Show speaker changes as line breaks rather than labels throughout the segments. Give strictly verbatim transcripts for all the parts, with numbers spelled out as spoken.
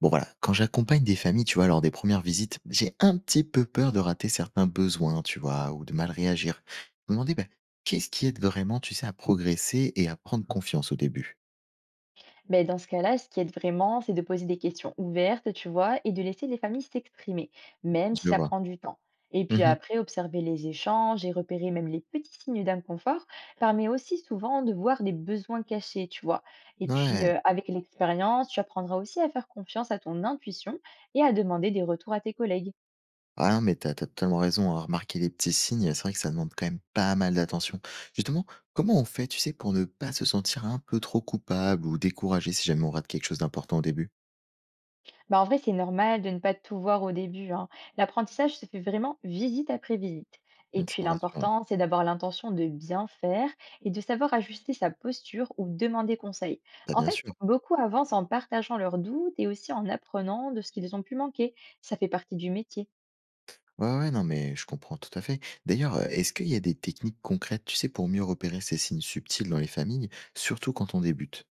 Bon voilà, quand j'accompagne des familles, tu vois, lors des premières visites, j'ai un petit peu peur de rater certains besoins, tu vois, ou de mal réagir. Je me demandais, bah, qu'est-ce qui aide vraiment, tu sais, à progresser et à prendre confiance au début.
Beh, dans ce cas-là, ce qui aide vraiment, c'est de poser des questions ouvertes, tu vois, et de laisser les familles s'exprimer, même si
Je
ça
vois.
prend du temps. Et puis
Mhm.
après, observer les échanges et repérer même les petits signes d'inconfort permet aussi souvent de voir des besoins cachés, tu vois. Et puis,
Ouais.
euh, avec l'expérience, tu apprendras aussi à faire confiance à ton intuition et à demander des retours à tes collègues.
Ah non, mais t'as t'as totalement raison. À Remarquer les petits signes, c'est vrai que ça demande quand même pas mal d'attention. Justement, comment on fait, tu sais, pour ne pas se sentir un peu trop coupable ou découragé si jamais on rate quelque chose d'important au début?
Bah, en vrai, c'est normal de ne pas tout voir au début, hein. L'apprentissage se fait vraiment visite après visite. Et
Mmh,
puis
ça me rassure.
l'important, c'est d'avoir l'intention de bien faire et de savoir ajuster sa posture ou demander conseil.
Bah,
En
bien
fait,
sûr.
beaucoup avancent en partageant leurs doutes et aussi en apprenant de ce qu'ils ont pu manquer. Ça fait partie du métier.
Ouais, ouais, non, mais je comprends tout à fait. D'ailleurs, heu, est-ce qu'il y a des techniques concrètes, tu sais, pour mieux repérer ces signes subtils dans les familles, surtout quand on débute?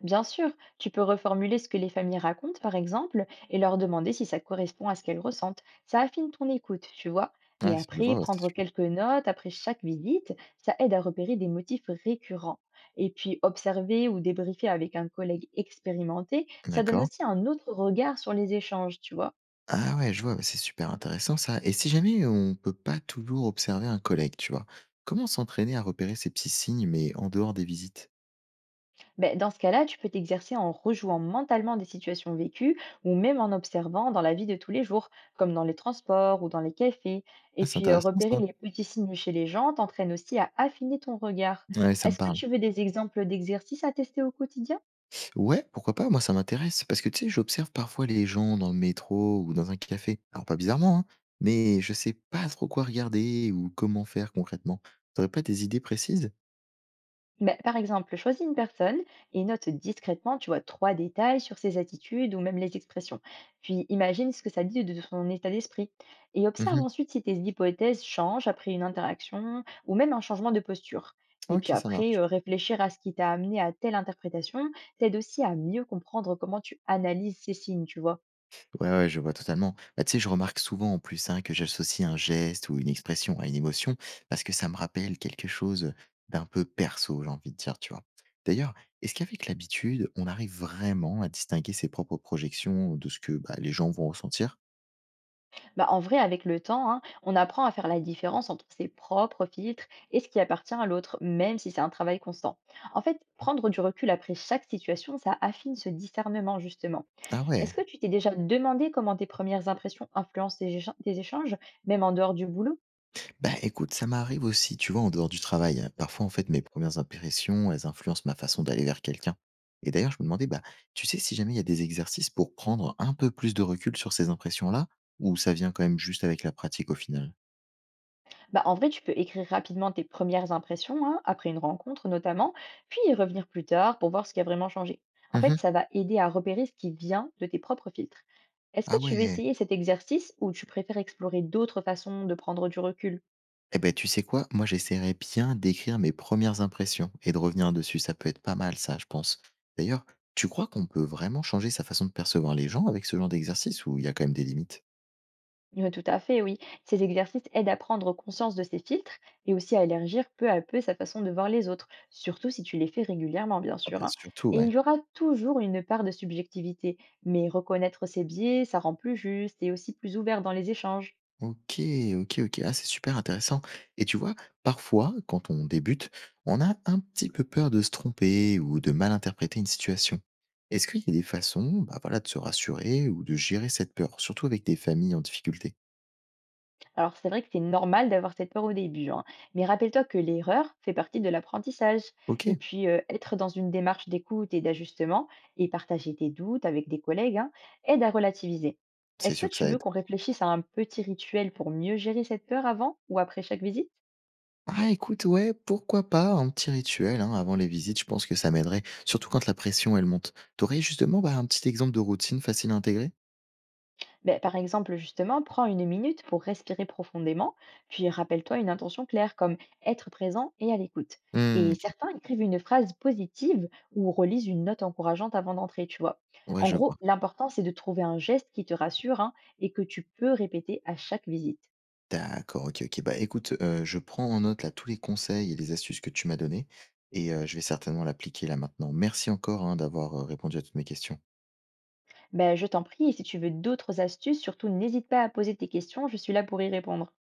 Bien sûr, tu peux reformuler ce que les familles racontent, par exemple, et leur demander si ça correspond à ce qu'elles ressentent. Ça affine ton écoute, tu vois.
Ah,
Et
je le
après,
vois, ouais, c'est
prendre
sûr.
quelques notes après chaque visite, ça aide à repérer des motifs récurrents. Et puis, observer ou débriefer avec un collègue expérimenté, ça donne
D'accord.
aussi un autre regard sur les échanges, tu vois.
Ah ouais, je vois, bah, c'est super intéressant ça, et si jamais on peut pas toujours observer un collègue, tu vois? Comment s'entraîner à repérer ces petits signes, mais en dehors des visites?
Ben, dans ce cas-là, tu peux t'exercer en rejouant mentalement des situations vécues ou même en observant dans la vie de tous les jours, comme dans les transports ou dans les cafés. Et
Ah, c'est
puis, euh,
intéressant
repérer
ça.
les petits signes chez les gens t'entraîne aussi à affiner ton regard.
Ouais, ça me
Est-ce que
parle.
tu veux des exemples d'exercices à tester au quotidien?
Ouais, pourquoi pas? Moi, ça m'intéresse parce que, tu sais, j'observe parfois les gens dans le métro ou dans un café. Alors, pas bizarrement, hein, mais je sais pas trop quoi regarder ou comment faire concrètement. T'aurais pas des idées précises?
Ben, par exemple, choisis une personne et note discrètement, tu vois, trois détails sur ses attitudes ou même les expressions. Puis imagine ce que ça dit de son état d'esprit. Et observe
Mhm.
ensuite si tes hypothèses changent après une interaction ou même un changement de posture. Et
Ok,
puis
ça
après,
marche.
euh, réfléchir à ce qui t'a amené à telle interprétation t'aide aussi à mieux comprendre comment tu analyses ces signes, tu vois.
Ouais, ouais, je vois totalement. Bah, tu sais, je remarque souvent en plus hein, que j'associe un geste ou une expression à une émotion parce que ça me rappelle quelque chose d'un peu perso, j'ai envie de dire, tu vois. D'ailleurs, est-ce qu'avec l'habitude, on arrive vraiment à distinguer ses propres projections de ce que, bah, les gens vont ressentir?
Bah, en vrai, avec le temps, hein, on apprend à faire la différence entre ses propres filtres et ce qui appartient à l'autre, même si c'est un travail constant. En fait, prendre du recul après chaque situation, ça affine ce discernement, justement.
Ah
Est-ce
ouais.
que tu t'es déjà demandé comment tes premières impressions influencent tes écha- tes échanges, même en dehors du boulot?
Bah, écoute, ça m'arrive aussi, tu vois, en dehors du travail, hein. Parfois, en fait, mes premières impressions, elles influencent ma façon d'aller vers quelqu'un. Et d'ailleurs, je me demandais, bah, tu sais, si jamais il y a des exercices pour prendre un peu plus de recul sur ces impressions-là, ou ça vient quand même juste avec la pratique au final?
Bah, en vrai, tu peux écrire rapidement tes premières impressions, hein, après une rencontre notamment, puis y revenir plus tard pour voir ce qui a vraiment changé. En fait,
Mhm.
ça va aider à repérer ce qui vient de tes propres filtres. Est-ce
Ah
que tu veux
ouais.
essayer cet exercice ou tu préfères explorer d'autres façons de prendre du recul?
Eh ben, tu sais quoi? Moi, j'essaierais bien d'écrire mes premières impressions et de revenir dessus. Ça peut être pas mal, ça, je pense. D'ailleurs, tu crois qu'on peut vraiment changer sa façon de percevoir les gens avec ce genre d'exercice, ou il y a quand même des limites?
Oui, tout à fait, oui. Ces exercices aident à prendre conscience de ses filtres et aussi à élargir peu à peu sa façon de voir les autres, surtout si tu les fais régulièrement, bien
Ah
sûr,
bah,
hein.
surtout,
Et il
ouais.
y aura toujours une part de subjectivité, mais reconnaître ses biais, ça rend plus juste et aussi plus ouvert dans les échanges.
OK, OK, OK. Ah, c'est super intéressant, et tu vois, parfois, quand on débute, on a un petit peu peur de se tromper ou de mal interpréter une situation. Est-ce qu'il y a des façons, bah, voilà, de se rassurer ou de gérer cette peur, surtout avec des familles en difficulté?
Alors c'est vrai que c'est normal d'avoir cette peur au début, hein, mais rappelle-toi que l'erreur fait partie de l'apprentissage. Et
OK,
puis euh, être dans une démarche d'écoute et d'ajustement et partager tes doutes avec des collègues, hein, aide à relativiser.
c'est
Est-ce que
sûr que
tu
ça
veux
aide.
qu'on réfléchisse à un petit rituel pour mieux gérer cette peur avant ou après chaque visite?
Ah écoute, ouais, pourquoi pas un petit rituel, hein, avant les visites, je pense que ça m'aiderait, surtout quand la pression, elle monte. T'aurais justement, bah, un petit exemple de routine facile à intégrer?
Ben, par exemple, justement, prends une minute pour respirer profondément, puis rappelle-toi une intention claire comme être présent et à l'écoute.
Hmm.
Et
OK.
certains écrivent une phrase positive ou relisent une note encourageante avant d'entrer, tu vois.
Ouais,
En
je
gros,
vois.
l'important, c'est de trouver un geste qui te rassure, hein, et que tu peux répéter à chaque visite.
D'accord, OK, OK. Bah, écoute, heu, je prends en note, là, tous les conseils et les astuces que tu m'as données et heu, je vais certainement l'appliquer, là, maintenant. Merci encore, hein, d'avoir, heu, répondu à toutes mes questions.
Ben, je t'en prie, et si tu veux d'autres astuces, surtout n'hésite pas à poser tes questions, je suis là pour y répondre.